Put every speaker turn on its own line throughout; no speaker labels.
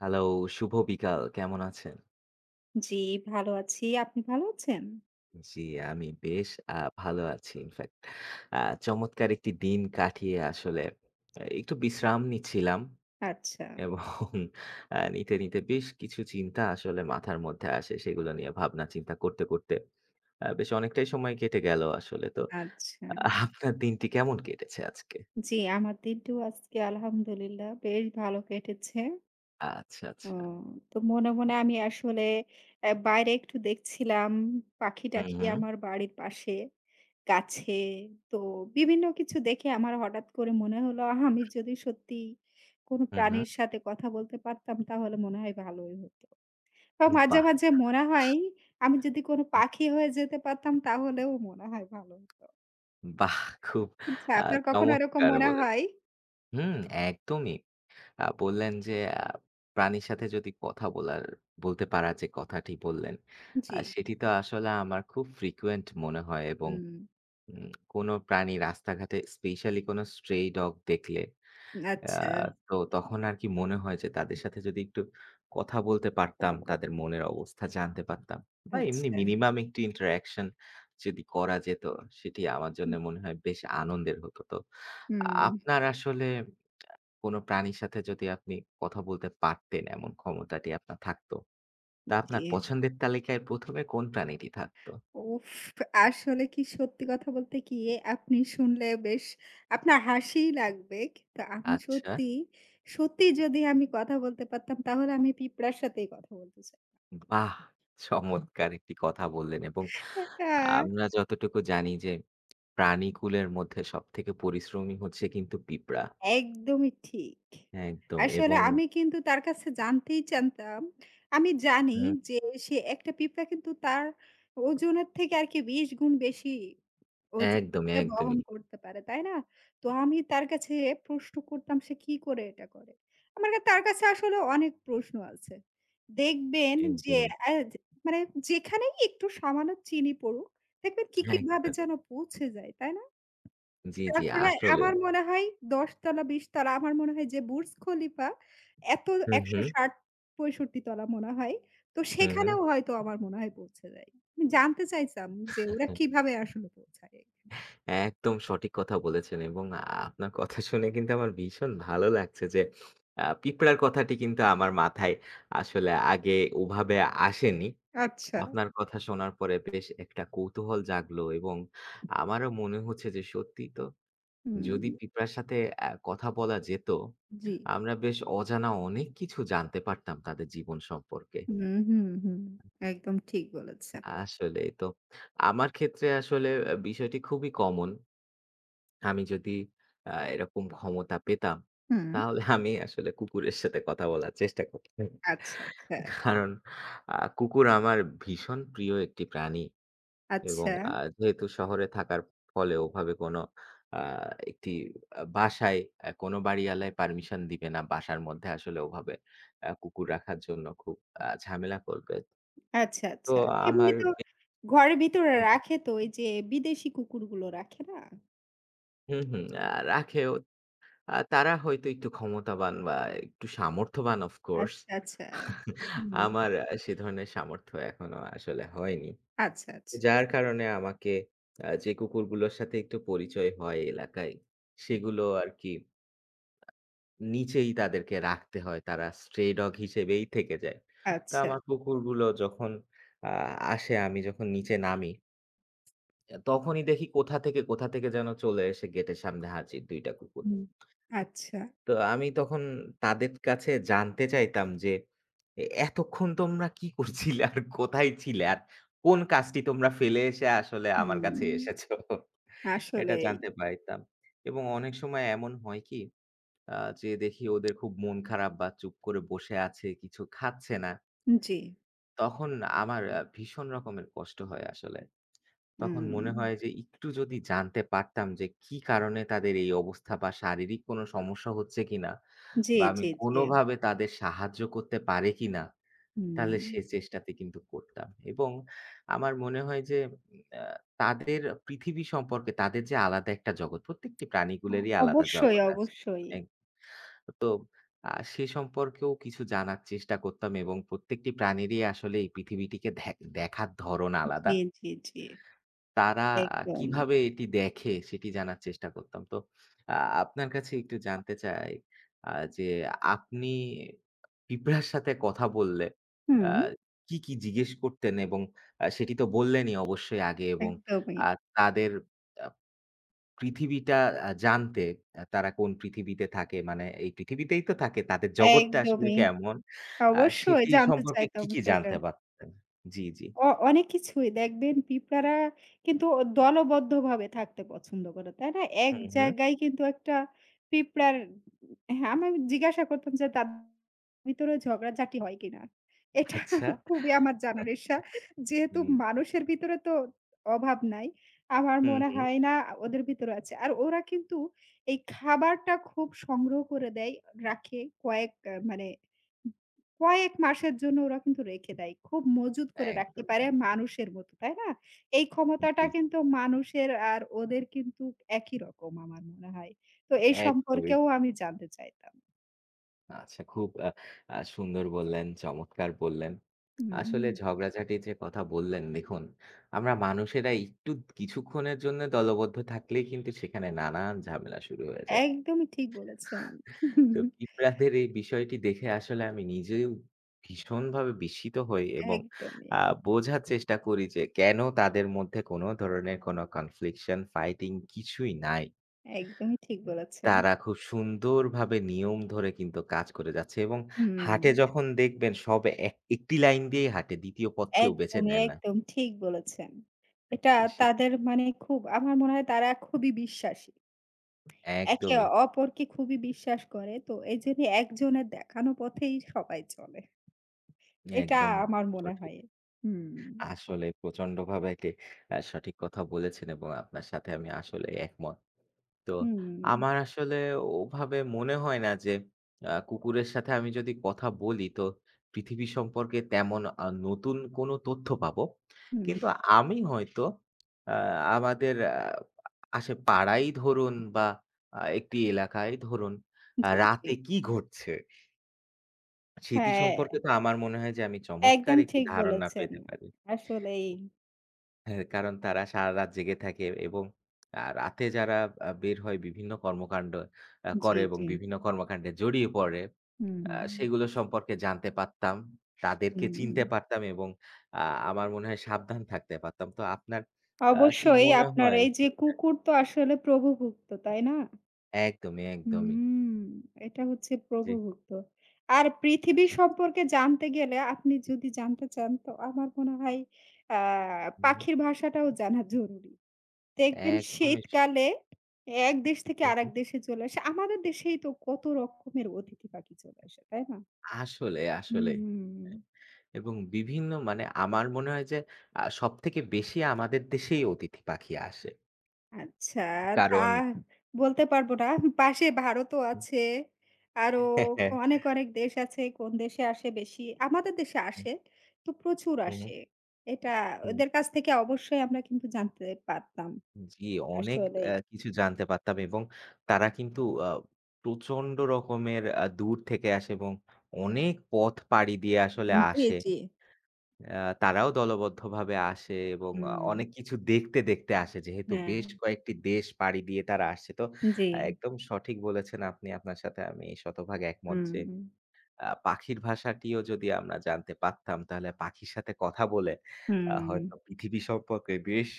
Hello, শুভ বিকাল। কেমন আছেন?
জি, ভালো আছি। আপনি ভালো আছেন?
জি, আমি বেশ ভালো আছি ইনফ্যাক্ট। আ চমৎকার একটি দিন কাটিয়ে আসলে একটু বিশ্রাম নিচ্ছিলাম
আচ্ছা,
এবং নিতে বেশ কিছু চিন্তা আসলে মাথার মধ্যে আসে। সেগুলো নিয়ে ভাবনা চিন্তা করতে বেশ অনেকটাই সময় কেটে গেল আসলে। তো
আচ্ছা।
আ আপনার দিনটি কেমন কেটেছে আজকে?
জি, আমার দিনটিও আজকে আলহামদুলিল্লাহ বেশ ভালো কেটেছে।
আচ্ছা,
ও,
আচ্ছা।
তো মনে আমি আসলে বাইরে একটু দেখছিলাম
হুম,
পাখি-টাখি
হুম।
আমার বাড়ির পাশে, গাছে। তো বিভিন্ন কিছু দেখে আমার হঠাৎ করে মনে হলো আহ, আমি যদি সত্যিই কোনো
হুম, হুম।
প্রাণীর সাথে কথা বলতে পারতাম তাহলে মনে হয় ভালোই হতো। তো মাঝে,
বাহ!
মাঝে মনে হয় আমি যদি কোনো পাখি হয়ে যেতে পারতাম তাহলেও মনে হয় ভালো হতো।
বাহ! খুব
আচ্ছা,
আ
আপনার কখনো এরকম
চমৎকার
মনে হয়?
বলেছেন। হুম, একদমই। বললেন যে আ প্রাণীর সাথে যদি কথা বলার বলতে পারা যে কথাটি বললেন,
জি।
সেটি তো আসলে আমার খুব frequent মনে হয় এবং
হুম।
কোনো প্রাণী রাস্তাঘাটে স্পেশালি কোনো stray dog দেখলে
আচ্ছা,
হুম। তো তখন আরকি মনে হয় যে তাদের সাথে যদি একটু কথা বলতে পারতাম, তাদের মনের অবস্থা জানতে পারতাম বা এমনি
আচ্ছা।
মিনিমাম একটু interaction যদি করা যেত, সেটি আমার জন্য মনে হয় বেশ আনন্দের হতো। তো
হুম,
আপনার আসলে কোনো প্রাণীর সাথে যদি আপনি কথা বলতে পারতেন, এমন ক্ষমতাটি আপনার থাকতো, তা
জি।
আপনার পছন্দের তালিকায় ১ম এ কোন প্রাণীটি থাকতো?
উফ! আসলে কি, সত্যি কথা বলতে কি আপনি শুনলে বেশ, আপনার হাসিই লাগবে। কিন্তু আমি
আচ্ছা,
সত্যি, সত্যি যদি আমি কথা বলতে পারতাম তাহলে আমি পিঁপড়ার সাথেই কথা বলতে চাই।
বাহ! চমৎকার একটি কথা বললেন এবং
হ্যাঁ,
আমরা যতটুকু জানি যে প্রাণীকুলের মধ্যে সবথেকে পরিশ্রমী হচ্ছে কিন্তু পিঁপড়া।
একদমই ঠিক।
একদম
আসলে
এবং
আমি কিন্তু তার কাছে জানতেই চানতাম। আমি জানি
হুম,
যে সে একটা পিঁপড়া কিন্তু তার ওজনের থেকে আরকি ২০ গুণ বেশি ওজন
একদমই,
সে বহন
একদমই,
করতে পারে, তাই না? তো আমি তার কাছে প্রশ্ন করতাম সে কি করে এটা করে? আমার কা তার কাছে আসলে অনেক প্রশ্ন আছে। দেখবেন যে,
একদমই,
অ্যা যে মানে যেখানেই একটু সামান্য চিনি পড়ুক, দেখবেন কি, কি ভাবে
একদম।
যেন পৌঁছে যায়, তাই না?
জি, জি
তারপরে
আসলে।
আমার মনে হয় ১০ তলা ২০ তলা, আমার মনে হয় যে বুর্জ খলিফা এত,
হু, হু,
১৬০-৬৫ তলা মনে হয়। তো
হু, হু।
সেখানেও হয়তো আমার মনে হয় পৌঁছে যায়। আমি জানতে চাইতাম যে ওরা কিভাবে আসলে পৌঁছায় এখানে?
একদম সঠিক কথা বলেছেন এবং আপনার কথা শুনে কিন্তু আমার ভীষণ ভালো লাগছে যে পিঁপড়ার কথাটি কিন্তু আমার মাথায় আসলে আগে ওভাবে আসেনি।
আচ্ছা।
আপনার কথা শোনার পরে বেশ একটা কৌতূহল জাগলো এবং আমারও মনে হচ্ছে যে সত্যিই তো
হুম।
যদি পিঁপড়ার সাথে কথা বলা যেত,
জি।
আমরা বেশ অজানা অনেক কিছু জানতে পারতাম তাদের জীবন সম্পর্কে।
হুম, হুম, হুম। একদম ঠিক বলেছেন।
আসলেই তো। আমার ক্ষেত্রে আসলে বিষয়টি খুবই কমন। আমি যদি এরকম ক্ষমতা পেতাম,
হুম।
তাহলে আমি আসলে কুকুরের সাথে কথা বলার চেষ্টা করতাম।
আচ্ছা, আচ্ছা,
কারণ কুকুর আমার ভীষণ প্রিয় একটি প্রাণী এবং
আচ্ছা,
যেহেতু শহরে থাকার ফলে ওভাবে কোনো আ একটি বাসায় কোনো বাড়িওয়ালাই পারমিশন দিবে না। বাসার মধ্যে আসলে ওভাবে কুকুর রাখার জন্য খুব ঝামেলা করবে।
আচ্ছা,
তো
আচ্ছা। এমনি
আমার
তো ঘরের ভিতরে রাখে তো ওই যে বিদেশি কুকুরগুলো রাখে না?
হুম, হুম। রাখেও তারা হয়তো একটু ক্ষমতাবান বা একটু সামর্থ্যবান অফ কোর্স।
আচ্ছা, আচ্ছা। হুম।
আমার সে ধরনের সামর্থ্য এখনো আসলে হয়নি।
আচ্ছা, আচ্ছা।
যার কারণে আমাকে যে কুকুরগুলোর সাথে একটু পরিচয় হয় এলাকায়, সেগুলো আরকি নিচেই তাদেরকে রাখতে হয়। তারা স্ট্রে ডগ হিসেবেই থেকে যায়। তো
আচ্ছা।
আমার কুকুরগুলো যখন আ আসে, আমি যখন নিচে নামি, তখনই দেখি কোথা থেকে যেন চলে এসে গেটের সামনে হাজির ২ টা কুকুর।
হুম। আচ্ছা।
তো আমি তখন তাদের কাছে জানতে চাইতাম যে, এতক্ষণ তোমরা কি করছিলে? আর কোথায় ছিলে? আর কোন কাজটি তোমরা ফেলে এসে আসলে আমার কাছে
হুম।
এসেছো?" এটা
আসলেই।
জানতে পাইতাম। এবং অনেক সময় এমন হয় কি? যে দেখি ওদের খুব মন খারাপ বা চুপ করে বসে আছে, কিছু খাচ্ছে না।
জি।
তখন আমার ভীষণ রকমের কষ্ট হয় আসলে। তখন মনে
হুম।
হয় যে একটু যদি জানতে পারতাম যে কি কারণে তাদের এই অবস্থা বা শারীরিক কোনো সমস্যা হচ্ছে কিনা
জি,
বা আমি
জি, জি।
কোনোভাবে তাদের সাহায্য করতে পারি কিনা, তাহলে
হুম।
সে চেষ্টাতে কিন্তু করতাম। এবং আমার মনে হয় যে আ তাদের পৃথিবী সম্পর্কে তাদের যে আলাদা একটা জগৎ, প্রত্যেকটি
অ
প্রাণীগুলোরই আলাদা
অবশ্যই,
জগৎ আছে।
অবশ্যই।
এক তো সে সম্পর্কেও কিছু জানার চেষ্টা করতাম এবং প্রত্যেকটি প্রাণীরই আসলে এই পৃথিবীটিকে দেখার ধরন আলাদা।
জি, জি, জি।
তারা
একদম।
কিভাবে এটি দেখে সেটি জানার চেষ্টা করতাম। তো আ আপনার কাছে একটু জানতে চাই আ যে আপনি পিঁপড়ার সাথে কথা বললে আ
হুম।
কি, কি জিজ্ঞেস করতেন? এবং সেটি তো বললেনই অবশ্যই আগে এবং
একদমই,
আ তাদের আ পৃথিবীটা জানতে তারা কোন পৃথিবীতে থাকে মানে এই পৃথিবীতেই তো থাকে। তাদের জগৎটা আসলে
একদমই।
কেমন আ
অবশ্যই
সেটি
জানতে
সম্পর্কে
চাইতাম
কি, কি
সেটা।
জানতে পারতেন? জি, জি।
অ অনেক কিছুই দেখবেন পিঁপড়ারা কিন্তু দলবদ্ধভাবে থাকতে পছন্দ করে, তাই না? এক
হুম, হুম।
জায়গায় কিন্তু একটা পিঁপড়ার হ্যাঁ, আমি জিজ্ঞাসা করতাম যে তাদের ভিতরে ঝগড়াঝাটি হয় কিনা? এটা
আচ্ছা।
খুবই আমার জানার ঈর্ষা। যেহেতু
হুম,
মানুষের ভিতরে তো অভাব নাই। আমার
হুম,
মনে
হুম।
হয় না ওদের ভিতরে আছে। আর ওরা কিন্তু এই খাবারটা খুব সংগ্রহ করে দেয়, রাখে, কয়েক আ মানে কয়েক মাসের জন্য ওরা কিন্তু রেখে দেয়। খুব মজুত করে রাখতে
একদম,
পারে
একদম।
মানুষের মতো, তাই না? এই ক্ষমতাটা
জি, জি।
কিন্তু মানুষের আর ওদের কিন্তু একই রকম আমার মনে হয়। তো এই
একদমই।
সম্পর্কেও আমি জানতে চাইতাম।
আচ্ছা খুব আ আ সুন্দর বললেন, চমৎকার বললেন।
হুম,
আসলে
হুম।
ঝগড়াঝাটির যে কথা বললেন দেখুন, আমরা মানুষেরা একটু কিছুক্ষণের জন্য দলবদ্ধ থাকলেই কিন্তু সেখানে নানান ঝামেলা শুরু হয়ে যায়।
একদমই ঠিক বলেছেন।
তো পিঁপড়াদের এই বিষয়টি দেখে আসলে আমি নিজেও ভীষণভাবে বিস্মিত হই এবং
একদমই,
আ বোঝার চেষ্টা করি যে কেন তাদের মধ্যে কোনো ধরনের কোনো কনফ্লিকশন, ফাইটিং কিছুই নাই।
একদমই ঠিক বলেছেন।
তারা খুব সুন্দরভাবে নিয়ম ধরে কিন্তু কাজ করে যাচ্ছে এবং
হুম,
হাঁটে যখন দেখবেন সব এক একটি লাইন দিয়েই হাঁটে, ২য় পথ কেউ বেছে
একদমই,
নেয় না।
একদম ঠিক বলেছেন। এটা
জি, জি।
তাদের, মানে খুব আমার মনে হয় তারা খুবই বিশ্বাসী। একে
একদমই,
অপরকে খুবই বিশ্বাস করে। তো এইজন্য একজনের দেখানো পথেই সবাই চলে। এটা
একদম
আমার
খুব
মনে
সঠিক।
হয়। হুম।
আসলে প্রচন্ডভাবে একে সঠিক কথা বলেছেন এবং আপনার সাথে আমি আসলে একমত। তো
হুম,
আমার আসলে ওভাবে মনে হয় না যে কুকুরের সাথে আমি যদি কথা বলি তো পৃথিবী সম্পর্কে তেমন নতুন কোনো তথ্য পাবো।
হুম,
কিন্তু আমি হয়তো আ আমাদের আশে পাড়াই ধরুন বা একটি এলাকায় ধরুন
জি, জি।
রাতে কি ঘটছে সেটি সম্পর্কে
হ্যাঁ,
তো আমার মনে হয় যে আমি চমৎকার
একদম
একটি
ঠিক
ধারণা
বলেছেন।
পেতে পারি।
আসলেই।
হ্যাঁ, কারণ তারা সারারাত জেগে থাকে এবং রাতে যারা বের হয় বিভিন্ন কর্মকাণ্ড
জি,
করে এবং
জি।
বিভিন্ন কর্মকাণ্ডে জড়িয়ে পড়ে,
হুম।
সেগুলো সম্পর্কে জানতে পারতাম। তাদেরকে
হুম,
চিনতে পারতাম এবং আ আমার মনে হয় সাবধান থাকতে পারতাম। তো আপনার কি
অবশ্যই
মনে
আপনার
হয়
এই যে কুকুর তো আসলে প্রভুভুক্ত, তাই না?
একদমই, একদমই।
হুম, এটা হচ্ছে
জি।
প্রভুভক্ত। আর পৃথিবী সম্পর্কে জানতে গেলে আপনি যদি জানতে চান তো আমার মনে হয় আ
হুম,
পাখির ভাষাটাও জানা জরুরি। দেখবেন
একদমই স
শীতকালে এক দেশ থেকে
হু, হু।
আরেক দেশে চলে আসে। আমাদের দেশেই তো কত রকমের অতিথি পাখি চলে আসে, তাই না?
আসলে,
হুম,
আসলেই।
হুম, হুম।
হ্যাঁ, এবং বিভিন্ন মানে আমার মনে হয় যে সবথেকে বেশি আমাদের দেশেই অতিথি পাখি আসে।
আচ্ছা, তা
কারণ
বলতে পারব না। পাশে ভারতও
হুম।
আছে। আরো
হ্যাঁ, হ্যাঁ।
অনেক, অনেক দেশ আছে। কোন দেশে আসে বেশি? আমাদের দেশে
হুম,
আসে। তো প্রচুর
হুম,
আসে। এটা
হুম।
ওদের কাছ থেকে অবশ্যই আমরা কিন্তু জানতে পারতাম।
জি, অনেক
আসলেই।
কিছু জানতে পারতাম এবং তারা কিন্তু আ প্রচন্ড রকমের দূর থেকে আসে এবং অনেক পথ পাড়ি দিয়ে আসলে
জি,
আসে।
জি।
আ তারাও দলবদ্ধভাবে আসে এবং
হুম,
অনেক কিছু দেখতে আসে। যেহেতু
হ্যাঁ,
বেশ কয়েকটি দেশ পাড়ি দিয়ে তারা আসছে। তো
জি।
একদম সঠিক বলেছেন আপনি। আপনার সাথে আমি শতভাগ একমত যে
হুম,
পাখির ভাষাটিও যদি আমরা জানতে পারতাম, তাহলে পাখির সাথে কথা বলে
হুম।
হয়তো পৃথিবী সম্পর্কে বেশ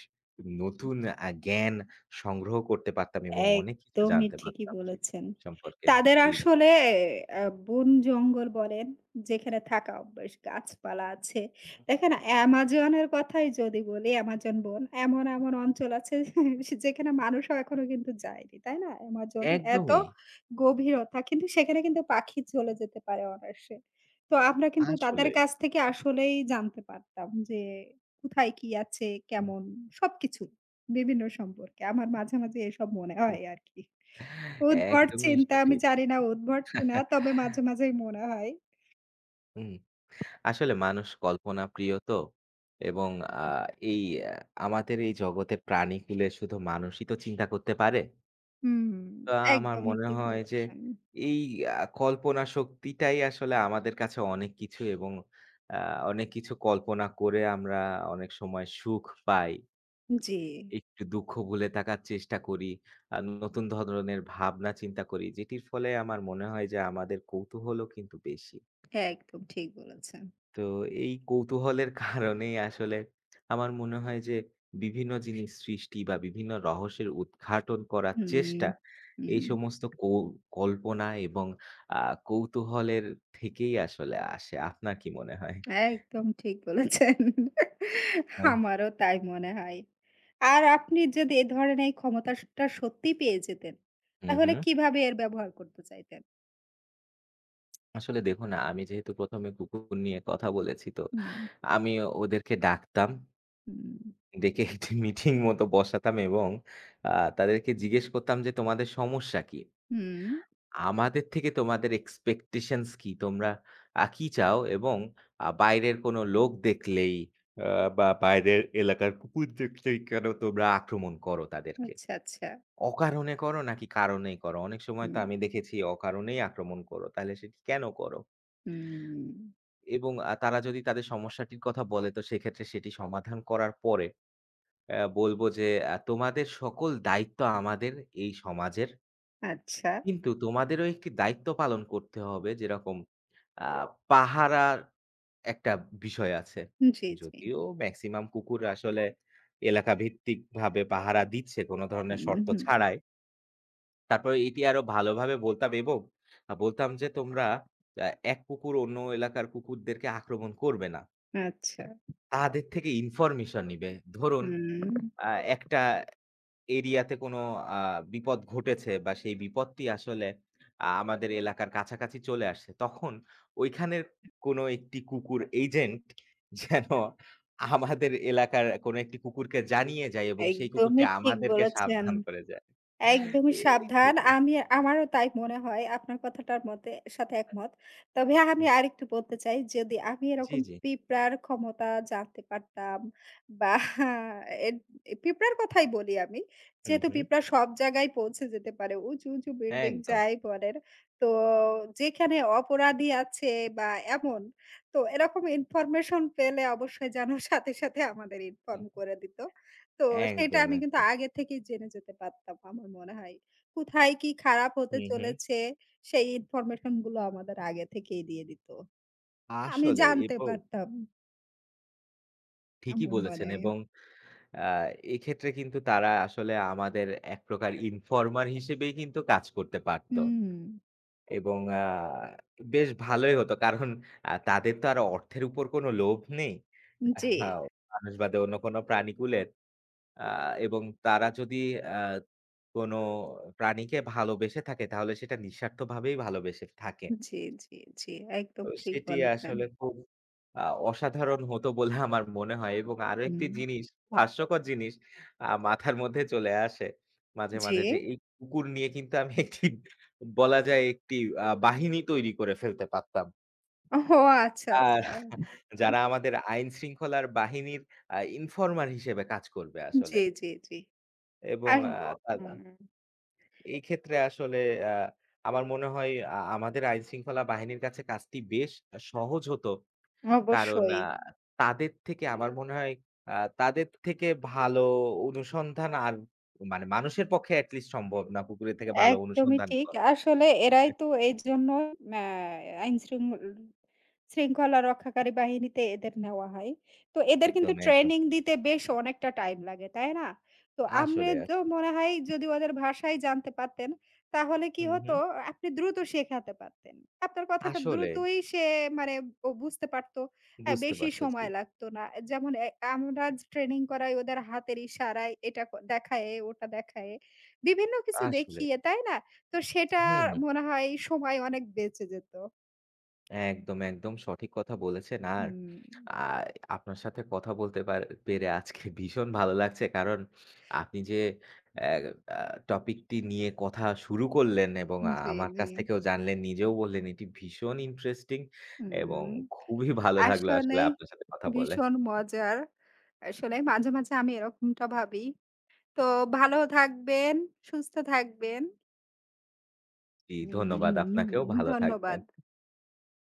নতুন জ্ঞান সংগ্রহ করতে পারতাম এবং অনেক কিছু
একদমই
জানতে
ঠিকই
পারতাম পৃথিবী
বলেছেন।
সম্পর্কে।
তাদের
জি, জি।
আসলে আ বন-জঙ্গল বলেন, যেখানে থাকা অভ্যাস, গাছপালা আছে। দেখেন অ্যামাজনের কথাই যদি বলি, অ্যামাজন বন এমন, এমন অঞ্চল আছে যেখানে মানুষও এখনো কিন্তু যায়নি, তাই না? অ্যামাজন এত
একদমই।
গভীরতা, কিন্তু সেখানে কিন্তু পাখি চলে যেতে পারে অনায়াসে। তো আমরা কিন্তু তাদের
আসলে।
কাছ থেকে আসলেই জানতে পারতাম যে কোথায় কি আছে,
হুম,
কেমন সবকিছু। বিভিন্ন সম্পর্কে। আমার মাঝে, মাঝে এসব মনে হয় আরকি। উদ্ভট
একদমই
চিন্তা, আমি
সঠিক।
জানি না উদ্ভট কিনা, তবে মাঝে, মাঝেই মনে হয়।
হুম। আসলে মানুষ কল্পনাপ্রিয় তো এবং আ এই আহ, আমাদের এই জগতে প্রাণীকুলে শুধু মানুষই তো চিন্তা করতে পারে।
হুম,
আ আমার
একদমই
মনে
ঠিক
হয় যে
বলেছেন।
এই আ কল্পনা শক্তিটাই আসলে আমাদের কাছে অনেক কিছু এবং আ অনেক কিছু কল্পনা করে আমরা অনেক সময় সুখ পাই।
জি,
একটু দুঃখ ভুলে থাকার চেষ্টা করি। আ নতুন ধরনের ভাবনা চিন্তা করি। যেটির ফলে আমার মনে হয় যে আমাদের কৌতূহলও কিন্তু বেশি।
একদম ঠিক বলেছেন।
তো এই কৌতূহলের কারণেই আসলে আমার মনে হয় যে বিভিন্ন জিনিস সৃষ্টি বা বিভিন্ন রহস্যের উদ্ঘাটন করার
হুম,
চেষ্টা এই
হুম,
সমস্ত কল্পনা এবং কৌতূহলের থেকেই আসলে আসে আপনার কি মনে হয়?
একদম ঠিক বলেছেন।
হ্যাঁ,
আমারও তাই মনে হয়। আর আপনি যদি এ ধরেন এই ক্ষমতাটা সত্যি পেয়ে যেতেন,
হুম,
তাহলে
হুম।
কিভাবে এর ব্যবহার করতে চাইতেন?
আসলে দেখুন আমি যেহেতু প্রথমে কুকুর নিয়ে কথা বলেছি তো
হুম,
আমি ওদেরকে ডাকতাম
হুম,
ডেকে একটি মিটিং মতো বসাতাম এবং তাদেরকে জিজ্ঞেস করতাম যে তোমাদের সমস্যা কি,
হুম,
আমাদের থেকে তোমাদের expectations কি? তোমরা কি চাও? এবং বাইরের কোনো লোক দেখলেই আ বা বাইরের এলাকার কুকুর দেখলেই কেন তোমরা আক্রমণ করো তাদেরকে?
আচ্ছা, আচ্ছা।
অকারণে করো নাকি কারণেই করো? অনেক সময় তো
হুম,
আমি দেখেছি অকারণেই আক্রমণ করো। তাহলে সেটি কেন করো?
হুম।
এবং তারা যদি তাদের সমস্যাটির কথা বলে তো সেক্ষেত্রে সেটি সমাধান করার পরে বলব যে, তোমাদের সকল দায়িত্ব আমাদের এই সমাজের।
আচ্ছা।
কিন্তু তোমাদেরও একটি দায়িত্ব পালন করতে হবে যেরকম আ পাহারার একটা বিষয় আছে।
জি, জি।
যদিও মেক্সিমাম কুকুর আসলে এলাকা ভিত্তিকভাবে পাহারা দিচ্ছে কোন ধরনের
হুম,
শর্ত
হুম।
ছাড়াই। তারপরে এটি আরো ভালোভাবে বলতাম এবং বলতাম যে তোমরা আ এক কুকুর অন্য এলাকার কুকুরদেরকে আক্রমণ করবে না।
আচ্ছা।
তাদের থেকে ইনফরমেশন নিবে। ধরুন
হুম।
আ একটা এরিয়াতে কোনো আ বিপদ ঘটেছে বা সেই বিপদটি আসলে আমাদের এলাকার কাছাকাছি চলে আসছে। তখন ঐখানের কোনো একটি কুকুর এজেন্ট যেন আমাদের এলাকার কোনো একটি কুকুরকে জানিয়ে যায় এবং সেই কুকুরটি
একদমই ঠিক
আমাদেরকে
বলেছেন।
সাবধান করে যায়। তো
একদমই
এ
সাবধান।
এ-
আমি, আমারও তাই মনে হয়। আপনার কথাটার মতে, সাথে একমত। তবে আমি
হুম,
আরেকটু বলতে চাই, যদি আমি
জি,
এরকম
জি।
পিঁপড়ার ক্ষমতা জানতে পারতাম বা এর পিঁপড়ার কথাই বলি আমি।
হুম,
যেহেতু
হুম।
পিঁপড়া সব জায়গায় পৌঁছে যেতে পারে। উঁচু, উঁচু বিল্ডিং
একদম।
যাই বলেন। তো যেখানে অপরাধী আছে বা এমন, তো এরকম ইনফরমেশন পেলে অবশ্যই যেন সাথে, সাথে আমাদের ইনফর্ম
হুম।
করে দিত। তো সেটা
একদম,
আমি কিন্তু
একদম।
আগে থেকেই জেনে যেতে পারতাম। আমার মনে হয়। কোথায় কি খারাপ হতে
হুম, হুম।
চলেছে সেই ইনফরমেশন গুলো আমাদের আগে থেকেই দিয়ে দিত। আমি
আসলে
জানতে
এবং
পারতাম
ঠিকই
আমার মনে
বলেছেন
হয়।
এবং আ এক্ষেত্রে কিন্তু তারা আসলে আমাদের এক প্রকার ইনফর্মার হিসেবেই কিন্তু কাজ করতে পারত।
হুম।
এবং বেশ ভালোই হতো। কারণ তাদের তো আর অর্থের উপর কোনো লোভ নেই।
জি,
আহ, মানুষ বাদে অন্য কোনো প্রাণীকুলের। আ এবং তারা যদি আ কোনো প্রাণীকে ভালোবেসে থাকে তাহলে সেটা নিঃস্বার্থভাবেই ভালোবেসে থাকে।
জি, জি, জি। একদম
তো
ঠিক
সেটি
বলেছেন।
আসলে খুব আ অসাধারণ হতো বলে আমার মনে হয় এবং আরো একটি
হুম।
জিনিস হাস্যকর জিনিস মাথার মধ্যে চলে আসে মাঝে,
জি।
মাঝে যে এই কুকুর নিয়ে কিন্তু আমি একটি বলা যায় একটি বাহিনী তৈরি করে ফেলতে পারতাম।
ও আচ্ছা,
আর
আচ্ছা।
যারা আমাদের আইন শৃঙ্খলার বাহিনীর ইনফর্মার হিসেবে কাজ করবে আসলে
জি, জি, জি।
এবং
আর
আ তা
হুম,
এই ক্ষেত্রে আসলে আ আমার মনে হয় আমাদের আইন শৃঙ্খলা বাহিনীর কাছে কাজটি বেশ সহজ হতো। কারণ
অবশ্যই।
তাদের থেকে আমার মনে হয় আ তাদের থেকে ভালো অনুসন্ধান আর মানে মানুষের পক্ষে এট লিস্ট সম্ভব না পুকুরের থেকে ভালো
একদমই
অনুসন্ধান
ঠিক।
করা।
আসলে এরাই তো এইজন্য ম্যা আইন শৃঙ্খলা রক্ষাকারী বাহিনীতে এদের নেওয়া হয়। তো এদের কিন্তু
একদম, একদম।
ট্রেনিং দিতে বেশ অনেকটা টাইম লাগে, তাই না? তো আমনে
আসলে,
তো
আসলে।
মনে হয় যদি ওদের ভাষাই জানতে পারতেন, তাহলে কি
হুম,
হতো,
হুম।
আপনি দ্রুত শেখাতে পারতেন। আপনার কথাটা
আসলে
দ্রুতই সে, মানে ও বুঝতে পারত।
বুঝতে
বেশি
পারতেছি।
সময় লাগতো না। যেমন এ আমরা ট্রেনিং করাই ওদের হাতের ইশারায়, এটা দেখায়ে, ওটা দেখায়ে। বিভিন্ন কিছু
আসলে।
দেখিয়ে, তাই না? তো
হুম,
সেটার
হুম।
মনে হয় সময় অনেক বেঁচে যেত।
একদম, একদম সঠিক কথা বলেছেন। আর
হুম।
আ আপনার সাথে কথা বলতে পেরে আজকে ভীষণ ভালো লাগছে। কারণ আপনি যে অ্যা আ টপিকটি নিয়ে কথা শুরু করলেন এবং
জি,
আমার
জি।
কাছ থেকেও জানলেন, নিজেও বললেন এটি ভীষণ ইন্টারেস্টিং এবং
হুম।
খুবই ভালো লাগলো আসলে
আসলেই
আপনার সাথে কথা বলে।
ভীষণ মজার। আসলে মাঝে, মাঝে আমি এরকমটা ভাবি। তো ভালো থাকবেন, সুস্থ থাকবেন।
জি,
হুম,
ধন্যবাদ
হুম,
আপনাকেও।
হুম।
ভালো থাকবেন।
ধন্যবাদ।